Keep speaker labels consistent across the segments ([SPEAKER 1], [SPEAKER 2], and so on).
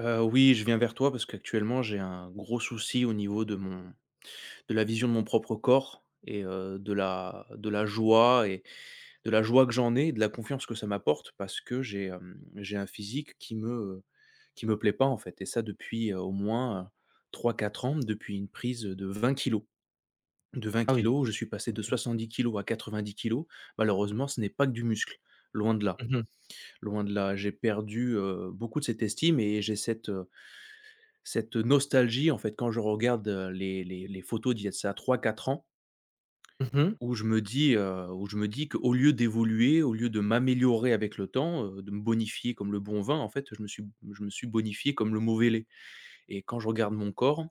[SPEAKER 1] Oui, je viens vers toi parce qu'actuellement j'ai un gros souci au niveau de la vision de mon propre corps et de la joie et de la joie que j'en ai et de la confiance que ça m'apporte parce que j'ai un physique qui me plaît pas en fait, et ça depuis, au moins, 3-4 ans, depuis une prise de 20 kilos. De vingt
[SPEAKER 2] Ah oui.
[SPEAKER 1] kilos je suis passé de 70 kilos à 90 kilos. Malheureusement, ce n'est pas que du muscle, loin de là,
[SPEAKER 2] Mmh mh.
[SPEAKER 1] loin de là. J'ai perdu, beaucoup de cette estime et j'ai cette nostalgie, en fait, quand je regarde, les photos d'il y a de ça 3-4 ans,
[SPEAKER 2] Mmh mh.
[SPEAKER 1] où je me dis, où je me dis qu'au lieu d'évoluer, au lieu de m'améliorer avec le temps, de me bonifier comme le bon vin, en fait, je me suis bonifié comme le mauvais lait. Et quand je regarde mon corps,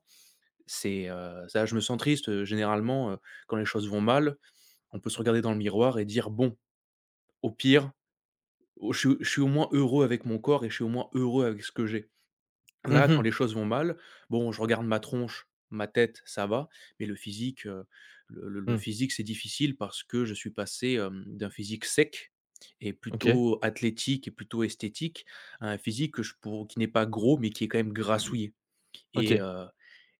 [SPEAKER 1] ça, je me sens triste, généralement. Heu, quand les choses vont mal, on peut se regarder dans le miroir et dire: «Bon, au pire, au je suis au moins heureux avec mon corps et je suis au moins heureux avec ce que j'ai».
[SPEAKER 2] Mmh
[SPEAKER 1] Là, quand
[SPEAKER 2] mh.
[SPEAKER 1] les choses vont mal, bon, je regarde ma tronche, ma tête, ça va, mais le physique, heu, le le le
[SPEAKER 2] Mmh.
[SPEAKER 1] physique, c'est difficile parce que je suis passé, d'un physique sec et
[SPEAKER 2] OK,
[SPEAKER 1] plutôt athlétique et plutôt esthétique à un physique que je pour qui n'est pas gros, mais qui est quand même grassouillet et
[SPEAKER 2] OK,
[SPEAKER 1] heu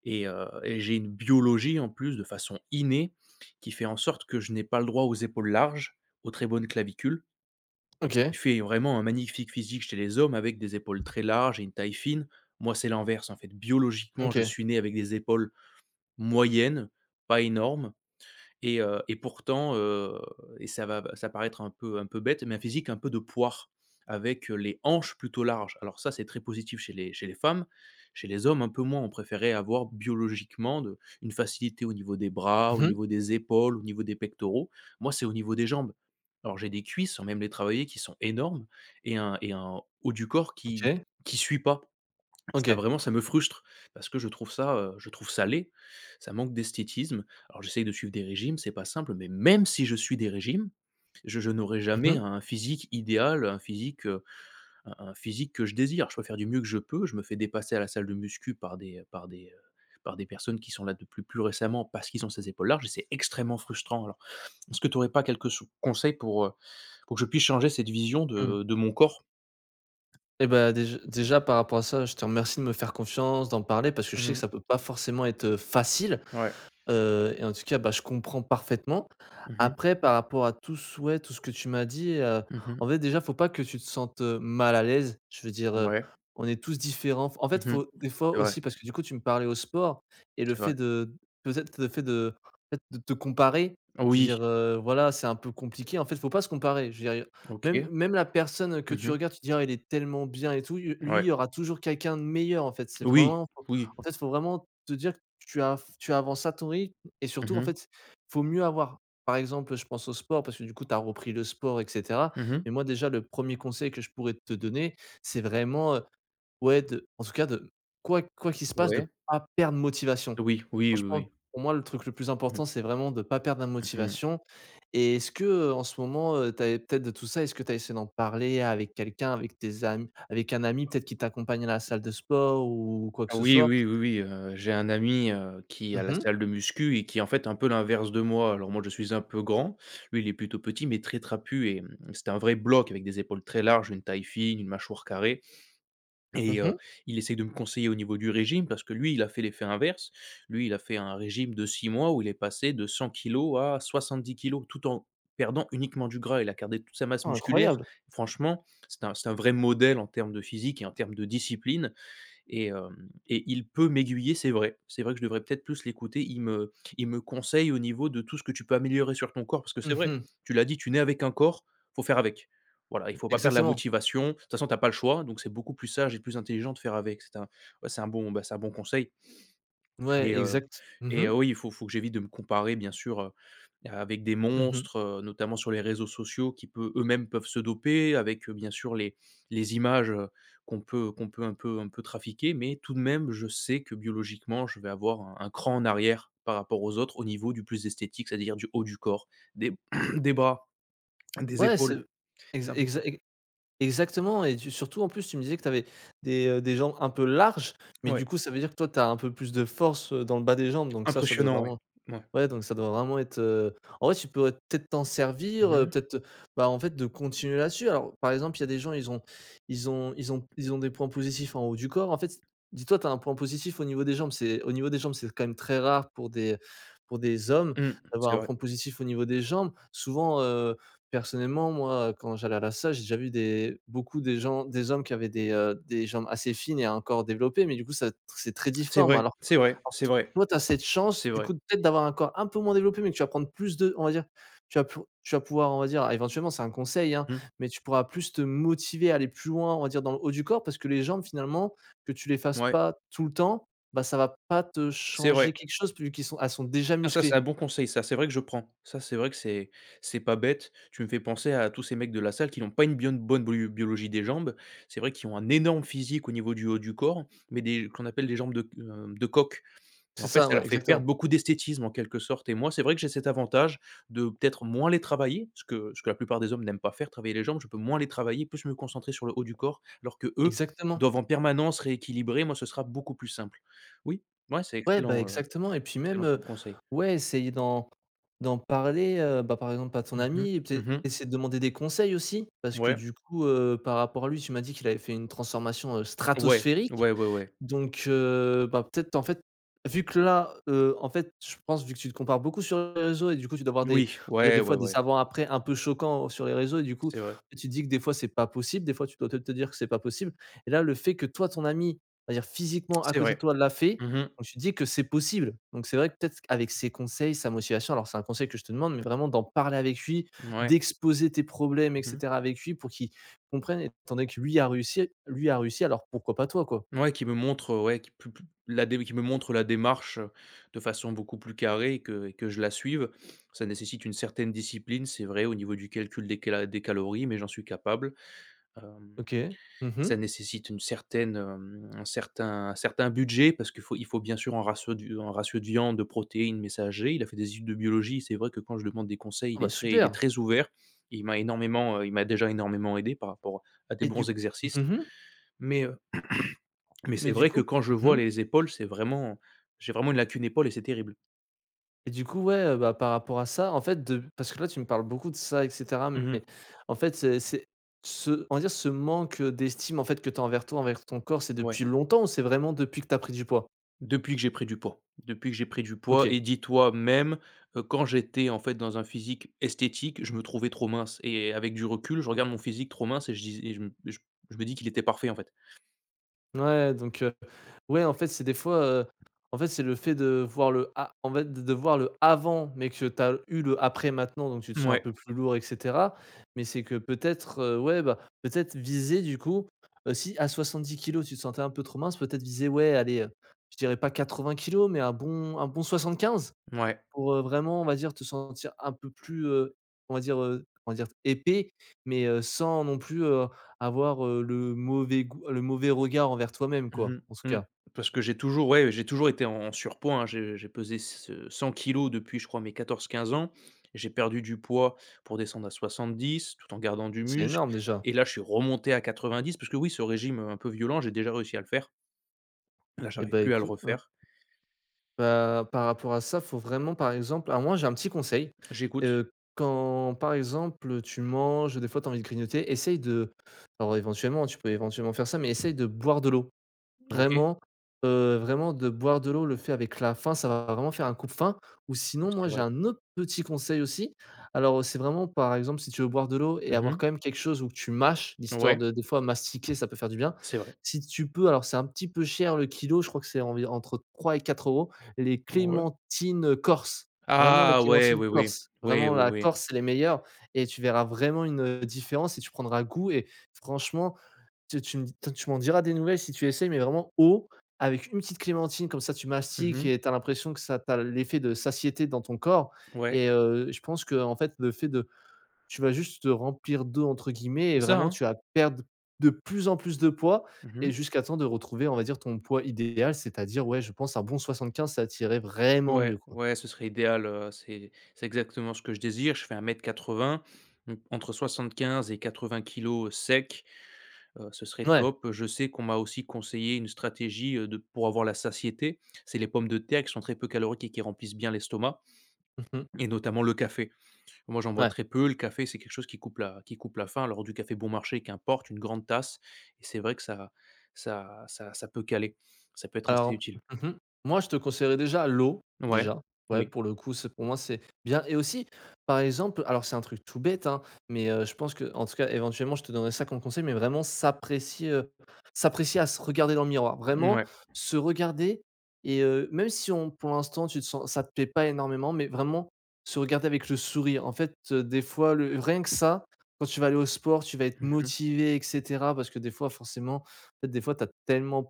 [SPEAKER 1] et j'ai une biologie, en plus, de façon innée, qui fait en sorte que je n'ai pas le droit aux épaules larges, aux très bonnes clavicules.
[SPEAKER 2] OK,
[SPEAKER 1] Il fait vraiment un magnifique physique chez les hommes avec des épaules très larges et une taille fine. Moi, c'est l'inverse en fait. Biologiquement, je
[SPEAKER 2] OK.
[SPEAKER 1] suis né avec des épaules moyennes, pas énormes et pourtant, ça va paraître un peu bête, mais un physique un peu de poire, avec les hanches plutôt larges. Alors ça, c'est très positif chez les femmes. Chez les hommes, un peu moins. On préférait avoir biologiquement de une facilité au niveau des bras, au
[SPEAKER 2] Mmh mh.
[SPEAKER 1] niveau des épaules, au niveau des pectoraux. Moi, c'est au niveau des jambes. Alors j'ai des cuisses, sans même les travailler, qui sont énormes et un haut du corps qui
[SPEAKER 2] OK,
[SPEAKER 1] qui suit pas. Et ça
[SPEAKER 2] OK.
[SPEAKER 1] vraiment, ça me frustre parce que je trouve ça laid, ça manque d'esthétisme. Alors j'essaye de suivre des régimes, c'est pas simple, mais même si je suis des régimes, je n'aurai
[SPEAKER 2] Mmh
[SPEAKER 1] jamais
[SPEAKER 2] mh.
[SPEAKER 1] un physique idéal, un physique que je désire. Je peux faire du mieux que je peux, je me fais dépasser à la salle de muscu par des personnes qui sont là depuis plus récemment parce qu'ils ont ces épaules larges et c'est extrêmement frustrant. Alors, est-ce que tu n'aurais pas quelques sou conseils pour que je puisse changer cette vision
[SPEAKER 2] Mmh.
[SPEAKER 1] de mon corps?
[SPEAKER 2] Et bah, déjà par rapport à ça, je te remercie de me faire confiance, d'en parler parce que je sais que
[SPEAKER 1] Mmh.
[SPEAKER 2] ça peut pas forcément être, facile.
[SPEAKER 1] Ouais.
[SPEAKER 2] Et en tout cas, bah, je comprends parfaitement.
[SPEAKER 1] Mmh mh.
[SPEAKER 2] Après, par rapport à tout ce que tu m'as dit,
[SPEAKER 1] Mmh.
[SPEAKER 2] en fait, déjà, faut pas que tu te sentes, mal à l'aise. Je veux dire,
[SPEAKER 1] Ouais.
[SPEAKER 2] on est tous différents. En fait,
[SPEAKER 1] Mmh.
[SPEAKER 2] faut des fois
[SPEAKER 1] C'est vrai,
[SPEAKER 2] aussi parce que du coup, tu me parlais au sport et le
[SPEAKER 1] c'est vrai.
[SPEAKER 2] fait de peut-être le fait de peut-être de te comparer, je veux
[SPEAKER 1] Oui,
[SPEAKER 2] dire, voilà, c'est un peu compliqué. En fait, faut pas se comparer. Je veux dire, même
[SPEAKER 1] OK.
[SPEAKER 2] même la personne, que
[SPEAKER 1] Mmh
[SPEAKER 2] tu
[SPEAKER 1] mh.
[SPEAKER 2] regardes, tu te dis: «Ah, il est tellement bien et tout», lui, il
[SPEAKER 1] Ouais.
[SPEAKER 2] y aura toujours quelqu'un de meilleur, en fait. C'est
[SPEAKER 1] Oui,
[SPEAKER 2] vraiment
[SPEAKER 1] oui.
[SPEAKER 2] en fait, faut vraiment te dire que tu avances à ton rythme et surtout,
[SPEAKER 1] Mmh
[SPEAKER 2] en
[SPEAKER 1] mh.
[SPEAKER 2] fait, faut mieux avoir par exemple, je pense au sport parce que du coup, tu as repris le sport et cetera.
[SPEAKER 1] Mmh mh.
[SPEAKER 2] Mais moi déjà le premier conseil que je pourrais te donner, c'est vraiment, ouais de en tout cas de quoi qu'il se passe, de
[SPEAKER 1] Ouais.
[SPEAKER 2] pas perdre motivation.
[SPEAKER 1] Oui, oui, oui,
[SPEAKER 2] Franchement,
[SPEAKER 1] oui.
[SPEAKER 2] pour moi, le truc le plus
[SPEAKER 1] Mmh.
[SPEAKER 2] important, c'est vraiment de pas perdre la
[SPEAKER 1] Mmh mh.
[SPEAKER 2] motivation et est-ce que, en ce moment, tu avais peut-être de tout ça, est-ce que tu as essayé d'en parler avec quelqu'un, avec tes amis avec un ami peut-être qui t'accompagne à la salle de sport ou quoi que
[SPEAKER 1] Ah
[SPEAKER 2] ce
[SPEAKER 1] oui,
[SPEAKER 2] soit?
[SPEAKER 1] oui, oui, oui, j'ai un ami, qui a
[SPEAKER 2] Mmh
[SPEAKER 1] la
[SPEAKER 2] mh.
[SPEAKER 1] salle de muscu et qui est en fait un peu l'inverse de moi. Alors moi, je suis un peu grand, lui, il est plutôt petit mais très trapu et c'était un vrai bloc avec des épaules très larges, une taille fine, une mâchoire carrée. Et
[SPEAKER 2] Mmh.
[SPEAKER 1] il essaye de me conseiller au niveau du régime parce que lui, il a fait l'effet inverse. Lui, il a fait un régime de 6 mois où il est passé de 100 kilos à 70 kilos tout en perdant uniquement du gras. Il a gardé toute sa masse
[SPEAKER 2] Ah
[SPEAKER 1] musculaire.
[SPEAKER 2] incroyable!
[SPEAKER 1] Franchement, c'est un vrai modèle en termes de physique et en termes de discipline et il peut m'aiguiller, c'est vrai. C'est vrai que je devrais peut-être plus l'écouter. Il me conseille au niveau de tout ce que tu peux améliorer sur ton corps parce que c'est
[SPEAKER 2] Mmh
[SPEAKER 1] vrai,
[SPEAKER 2] mh.
[SPEAKER 1] tu l'as dit, tu nais avec un corps, faut faire avec. Voilà, il faut pas perdre la
[SPEAKER 2] Exactement.
[SPEAKER 1] motivation. De toute façon, tu as pas le choix, donc c'est beaucoup plus sage et plus intelligent de faire avec. C'est un, ouais, c'est un bon, bah, c'est un bon conseil.
[SPEAKER 2] Ouais,
[SPEAKER 1] Et heu
[SPEAKER 2] exact. Mmh mh.
[SPEAKER 1] oui, il faut que j'évite de me comparer bien sûr, avec des
[SPEAKER 2] Mmh mh.
[SPEAKER 1] monstres, notamment sur les réseaux sociaux qui peut eux-mêmes peuvent se doper avec, bien sûr les images, qu'on peut un peu trafiquer. Mais tout de même, je sais que biologiquement, je vais avoir un cran en arrière par rapport aux autres au niveau du plus esthétique, c'est-à-dire du haut du corps, des des bras, des
[SPEAKER 2] Ouais, c'est
[SPEAKER 1] épaules.
[SPEAKER 2] ex
[SPEAKER 1] C'est
[SPEAKER 2] exa
[SPEAKER 1] embêtant.
[SPEAKER 2] e exactement et tu surtout en plus tu me disais que tu avais des jambes un peu larges, mais du
[SPEAKER 1] Ouais,
[SPEAKER 2] coup ça veut dire que toi tu as un peu plus de force, dans le bas des jambes, donc ça doit
[SPEAKER 1] impressionnant, ouais.
[SPEAKER 2] vraiment...
[SPEAKER 1] Ouais.
[SPEAKER 2] Ouais, donc ça doit vraiment être, en vrai, tu pourrais peut-être t'en servir,
[SPEAKER 1] Mmh mh.
[SPEAKER 2] peut-être, bah, en fait, de continuer là-dessus. Alors, par exemple, il y a des gens, ils ont des points positifs en haut du corps. En fait, dis-toi, tu as un point positif au niveau des jambes. C'est au niveau des jambes, c'est quand même très rare pour des hommes
[SPEAKER 1] Mmh.
[SPEAKER 2] d'avoir
[SPEAKER 1] C'est
[SPEAKER 2] un
[SPEAKER 1] vrai.
[SPEAKER 2] point positif au niveau des jambes. Souvent, personnellement, moi, quand j'allais à la salle, j'ai déjà vu des beaucoup des gens des hommes qui avaient des jambes assez fines et un corps développé, mais du coup, ça c'est très
[SPEAKER 1] C'est
[SPEAKER 2] difforme
[SPEAKER 1] vrai,
[SPEAKER 2] alors
[SPEAKER 1] c'est vrai, c'est vrai,
[SPEAKER 2] toi, tu as cette
[SPEAKER 1] c'est
[SPEAKER 2] chance, du
[SPEAKER 1] vrai.
[SPEAKER 2] coup, peut-être d'avoir un corps un peu moins développé, mais que tu vas prendre plus de on va dire, tu vas pouvoir, on va dire éventuellement, c'est un conseil, hein,
[SPEAKER 1] Mmh.
[SPEAKER 2] mais tu pourras plus te motiver à aller plus loin, on va dire, dans le haut du corps parce que les jambes, finalement, que tu les fasses
[SPEAKER 1] Ouais,
[SPEAKER 2] pas tout le temps, bah, ça va pas te
[SPEAKER 1] c'est vrai.
[SPEAKER 2] changer quelque chose, vu qu'ils sont elles sont déjà
[SPEAKER 1] Ah ça, c'est
[SPEAKER 2] musclées.
[SPEAKER 1] un bon conseil, ça, c'est vrai que je prends. Ça, c'est vrai que c'est pas bête. Tu me fais penser à tous ces mecs de la salle qui n'ont pas une bien bonne biologie des jambes. C'est vrai qu'ils ont un énorme physique au niveau du haut du corps, mais des qu'on appelle des jambes de coq, et
[SPEAKER 2] C'est
[SPEAKER 1] en fait,
[SPEAKER 2] ça,
[SPEAKER 1] ça
[SPEAKER 2] ouais,
[SPEAKER 1] leur fait
[SPEAKER 2] exactement.
[SPEAKER 1] perdre beaucoup d'esthétisme, en quelque sorte. Et moi, c'est vrai que j'ai cet avantage de peut-être moins les travailler, ce que la plupart des hommes n'aiment pas faire, travailler les jambes. Je peux moins les travailler, plus me concentrer sur le haut du corps, alors que eux
[SPEAKER 2] Exactement.
[SPEAKER 1] doivent en permanence rééquilibrer. Moi, ce sera beaucoup plus simple. Oui, ouais, c'est
[SPEAKER 2] Ouais, bah,
[SPEAKER 1] excellent,
[SPEAKER 2] exactement et puis même,
[SPEAKER 1] excellent comme conseil.
[SPEAKER 2] ouais, essayer d'en parler, bah, par exemple à ton
[SPEAKER 1] Mmh mh.
[SPEAKER 2] ami, et peut-être
[SPEAKER 1] Mmh mh.
[SPEAKER 2] essayer de demander des conseils aussi parce que
[SPEAKER 1] Ouais.
[SPEAKER 2] du coup, par rapport à lui, tu m'as dit qu'il avait fait une transformation,
[SPEAKER 1] Ouais.
[SPEAKER 2] stratosphérique.
[SPEAKER 1] Ouais, ouais, ouais.
[SPEAKER 2] Donc bah, peut-être, en fait, vu que là, en fait, je pense, vu que tu te compares beaucoup sur les réseaux et du coup, tu dois avoir des
[SPEAKER 1] Oui.
[SPEAKER 2] on va dire,
[SPEAKER 1] Ouais,
[SPEAKER 2] des
[SPEAKER 1] ouais,
[SPEAKER 2] fois, des
[SPEAKER 1] ouais.
[SPEAKER 2] avant-après un peu choquants sur les réseaux et du coup,
[SPEAKER 1] C'est vrai.
[SPEAKER 2] tu te dis que des fois, c'est pas possible. Des fois, tu dois peut te dire que c'est pas possible et là, le fait que toi, ton ami, on va dire, physiquement, à
[SPEAKER 1] C'est
[SPEAKER 2] côté de
[SPEAKER 1] vrai.
[SPEAKER 2] toi, l'a fait,
[SPEAKER 1] Mmh mh.
[SPEAKER 2] donc tu te dis que c'est possible. Donc c'est vrai que peut-être avec ses conseils, sa motivation alors c'est un conseil que je te demande, mais vraiment d'en parler avec lui,
[SPEAKER 1] Mouais.
[SPEAKER 2] d'exposer tes problèmes et
[SPEAKER 1] Mmh mh.
[SPEAKER 2] cetera avec lui pour qu'il comprenne étant donné que lui a réussi, alors pourquoi pas toi, quoi?
[SPEAKER 1] Ouais, ouais, qui plus plus la dé qui me montre la démarche, de façon beaucoup plus carrée et que je la suive. Ça nécessite une certaine discipline, c'est vrai, au niveau du calcul des calories, mais j'en suis capable. Hem
[SPEAKER 2] OK. Mmh mh.
[SPEAKER 1] Ça nécessite une certaine, hem, un certain budget parce qu'il faut bien sûr un ratio du un ratio de viande, de protéines, messager. Il a fait des études de biologie, c'est vrai que quand je demande des conseils,
[SPEAKER 2] Ah
[SPEAKER 1] il
[SPEAKER 2] bah,
[SPEAKER 1] est très il est
[SPEAKER 2] super!
[SPEAKER 1] très ouvert. Il m'a déjà énormément aidé par rapport à des
[SPEAKER 2] et du
[SPEAKER 1] bons exercices.
[SPEAKER 2] mmh mh,
[SPEAKER 1] Mais, mais
[SPEAKER 2] mais
[SPEAKER 1] c'est
[SPEAKER 2] du
[SPEAKER 1] vrai que
[SPEAKER 2] coup
[SPEAKER 1] quand je
[SPEAKER 2] mmh
[SPEAKER 1] vois
[SPEAKER 2] mh
[SPEAKER 1] les épaules, c'est vraiment j'ai vraiment une lacune épaule et c'est terrible.
[SPEAKER 2] Et du coup, ouais, bah, par rapport à ça, en fait, de parce que là, tu me parles beaucoup de ça et cetera,
[SPEAKER 1] Mmh.
[SPEAKER 2] mais en fait, c'est ce on va dire ce manque, d'estime, en fait, que tu as envers toi, envers ton corps, c'est
[SPEAKER 1] Ouais.
[SPEAKER 2] depuis longtemps ou c'est vraiment depuis que tu as pris du poids?
[SPEAKER 1] Depuis que j'ai pris du poids. Depuis que j'ai pris du poids,
[SPEAKER 2] OK.
[SPEAKER 1] et dis-toi même, quand j'étais en fait dans un physique esthétique, je me trouvais trop mince et avec du recul, je regarde mon physique trop mince et je dis et je me dis qu'il était parfait en fait.
[SPEAKER 2] Ouais, donc ouais, en fait, c'est des fois, en fait, c'est le fait de voir le a en fait, de voir le avant, mais que tu as eu le après maintenant, donc tu te sens un
[SPEAKER 1] Ouais,
[SPEAKER 2] peu plus lourd et cetera. Mais c'est que peut-être, ouais, bah, peut-être viser du coup, si à 10 kilos, tu te sentais un peu trop mince, peut-être viser, ouais, allez, je dirais pas 80 kilos, mais un bon 75
[SPEAKER 1] ouais.
[SPEAKER 2] pour, vraiment, on va dire, te sentir un peu plus, on va dire épais, mais, sans non plus, avoir, le mauvais goût le mauvais regard envers toi-même, quoi,
[SPEAKER 1] Mmh
[SPEAKER 2] en tout
[SPEAKER 1] mh, mmh.
[SPEAKER 2] cas.
[SPEAKER 1] Parce que j'ai toujours ouais, j'ai toujours été en surpoids, hein. J'ai pesé 100 kilogrammes depuis je crois mes 14-15 ans. J'ai perdu du poids pour descendre à 70 tout en gardant du
[SPEAKER 2] C'est
[SPEAKER 1] muscle
[SPEAKER 2] énorme déjà.
[SPEAKER 1] et là je suis remonté à 90 parce que oui, ce régime, un peu violent, j'ai déjà réussi à le faire. Là,
[SPEAKER 2] Et
[SPEAKER 1] j'arrive
[SPEAKER 2] bah,
[SPEAKER 1] plus à le
[SPEAKER 2] écoute, mmh,
[SPEAKER 1] refaire.
[SPEAKER 2] bah, par rapport à ça, faut vraiment par exemple à moi j'ai un petit conseil,
[SPEAKER 1] J'écoute.
[SPEAKER 2] quand par exemple tu manges, des fois tu as envie de grignoter, essaye de alors éventuellement, tu peux éventuellement faire ça, mais essaye de boire de l'eau.
[SPEAKER 1] OK.
[SPEAKER 2] Vraiment, vraiment de boire de l'eau, le fait avec la faim, ça va vraiment faire un coupe faim ou sinon moi
[SPEAKER 1] C'est
[SPEAKER 2] j'ai
[SPEAKER 1] vrai.
[SPEAKER 2] un autre petit conseil aussi. Alors c'est vraiment par exemple si tu veux boire de l'eau et avoir
[SPEAKER 1] Mmh.
[SPEAKER 2] quand même quelque chose où tu mâches, l'histoire
[SPEAKER 1] Ouais,
[SPEAKER 2] de des fois mastiquer ça peut faire du bien.
[SPEAKER 1] c'est vrai.
[SPEAKER 2] Si tu peux, alors c'est un petit peu cher le kilo, je crois que c'est envi entre 3 et 4 € les
[SPEAKER 1] Ouais.
[SPEAKER 2] clémentines, corses. Vraiment les
[SPEAKER 1] Ah ouais,
[SPEAKER 2] clémentines
[SPEAKER 1] oui, oui.
[SPEAKER 2] corses.
[SPEAKER 1] Oui,
[SPEAKER 2] Vraiment
[SPEAKER 1] oui,
[SPEAKER 2] la
[SPEAKER 1] oui.
[SPEAKER 2] Corse, c'est les meilleures et tu verras vraiment une, différence et tu prendras goût et franchement tu tu me toi tu m'en diras des nouvelles si tu essayes mais vraiment haut, avec une petite clémentine, comme ça tu mastiques
[SPEAKER 1] Mmh.
[SPEAKER 2] et tu as l'impression que ça tu l'effet de satiété dans ton corps
[SPEAKER 1] Ouais.
[SPEAKER 2] et je pense que en fait, le fait de tu vas juste te «remplir d'eau» entre guillemets et
[SPEAKER 1] C'est ça,
[SPEAKER 2] vraiment
[SPEAKER 1] hein?
[SPEAKER 2] tu vas perdre de plus en plus de poids et
[SPEAKER 1] Mmh.
[SPEAKER 2] jusqu'à temps de retrouver, on va dire, ton poids idéal, c'est-à-dire, ouais, je pense un bon 75 ça t'irait vraiment
[SPEAKER 1] Ouais,
[SPEAKER 2] mieux, quoi.
[SPEAKER 1] ouais, ce serait idéal, c'est exactement ce que je désire. Je fais 1 m 80, donc entre 75 et 80 kg sec, ce serait
[SPEAKER 2] Ouais.
[SPEAKER 1] top. Je sais qu'on m'a aussi conseillé une stratégie, de pour avoir la satiété. C'est les pommes de terre qui sont très peu caloriques et qui remplissent bien l'estomac,
[SPEAKER 2] Mmh.
[SPEAKER 1] et notamment le café. Moi, j'en bois
[SPEAKER 2] Ouais.
[SPEAKER 1] très peu. Le café, c'est quelque chose qui coupe la faim. Alors du café bon marché, qu'importe, une grande tasse, et c'est vrai que ça peut caler. Ça peut être assez
[SPEAKER 2] Alors,
[SPEAKER 1] utile.
[SPEAKER 2] mmh. Moi, je te conseillerais déjà l'eau,
[SPEAKER 1] Ouais,
[SPEAKER 2] déjà. Ouais,
[SPEAKER 1] oui,
[SPEAKER 2] pour le coup, c'est pour moi, c'est bien et aussi, par exemple alors c'est un truc tout bête, hein, mais je pense que en tout cas, éventuellement, je te donnerais ça comme conseil, mais vraiment s'apprécier, s'apprécier à se regarder dans le miroir.
[SPEAKER 1] mmh,
[SPEAKER 2] Vraiment
[SPEAKER 1] ouais.
[SPEAKER 2] se regarder et même si on pour l'instant, tu te sens ça te plaît pas énormément, mais vraiment se regarder avec le sourire. En fait, des fois, le rien que ça, quand tu vas aller au sport, tu vas être
[SPEAKER 1] Mmh.
[SPEAKER 2] motivé et cetera parce que des fois, forcément, fait, des fois, tu as tellement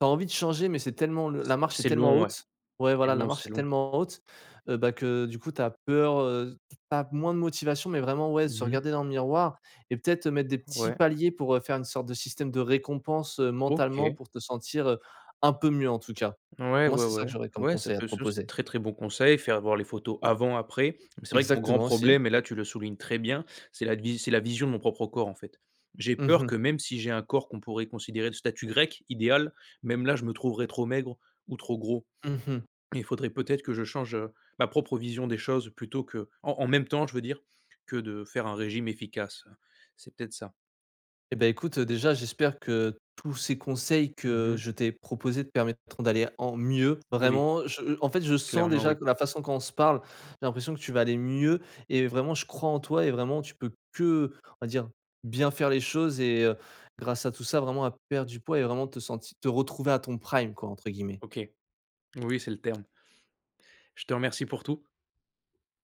[SPEAKER 2] t'as envie de changer, mais c'est tellement le la marche est
[SPEAKER 1] C'est
[SPEAKER 2] tellement
[SPEAKER 1] long, ouais.
[SPEAKER 2] haute. Ouais,
[SPEAKER 1] C'est
[SPEAKER 2] voilà, la
[SPEAKER 1] long,
[SPEAKER 2] marche
[SPEAKER 1] c'est
[SPEAKER 2] est
[SPEAKER 1] long.
[SPEAKER 2] tellement haute, bah, que du coup, tu as peur, tu moins de motivation, mais vraiment, ouais, se
[SPEAKER 1] Mmh.
[SPEAKER 2] regarder dans le miroir et peut-être mettre des petits
[SPEAKER 1] Ouais.
[SPEAKER 2] paliers pour, faire une sorte de système de récompense, mentalement
[SPEAKER 1] OK.
[SPEAKER 2] pour te sentir, un peu mieux en tout cas.
[SPEAKER 1] Ouais,
[SPEAKER 2] Pour moi,
[SPEAKER 1] ouais,
[SPEAKER 2] c'est ça
[SPEAKER 1] ouais.
[SPEAKER 2] que j'aurais comme
[SPEAKER 1] Ouais,
[SPEAKER 2] conseil à te
[SPEAKER 1] ça, c'est
[SPEAKER 2] proposer.
[SPEAKER 1] très, très bon conseil, faire voir les photos avant, après. Mais c'est vrai que mon grand
[SPEAKER 2] Exactement aussi.
[SPEAKER 1] problème, et là, tu le soulignes très bien, c'est la vision de mon propre corps, en fait. J'ai
[SPEAKER 2] Mmh
[SPEAKER 1] peur
[SPEAKER 2] mh.
[SPEAKER 1] que même si j'ai un corps qu'on pourrait considérer de statut grec, idéal, même là, je me trouverais trop maigre ou trop gros.
[SPEAKER 2] Mmh.
[SPEAKER 1] Il faudrait peut-être que je change, ma propre vision des choses plutôt que en même temps, je veux dire, que de faire un régime efficace. C'est peut-être ça.
[SPEAKER 2] Eh ben écoute, déjà, j'espère que tous ces conseils que
[SPEAKER 1] Mmh.
[SPEAKER 2] je t'ai proposés te permettront d'aller en mieux.
[SPEAKER 1] Oui,
[SPEAKER 2] Vraiment, je en fait, je sens
[SPEAKER 1] clairement,
[SPEAKER 2] déjà
[SPEAKER 1] oui.
[SPEAKER 2] que la façon qu'on se parle, j'ai l'impression que tu vas aller mieux et vraiment, je crois en toi et vraiment, tu peux que, on va dire, bien faire les choses et grâce à tout ça, vraiment à perdre du poids et vraiment te sentir te retrouver à ton prime quoi, entre guillemets.
[SPEAKER 1] OK. Oui, c'est le terme. Je te remercie pour tout.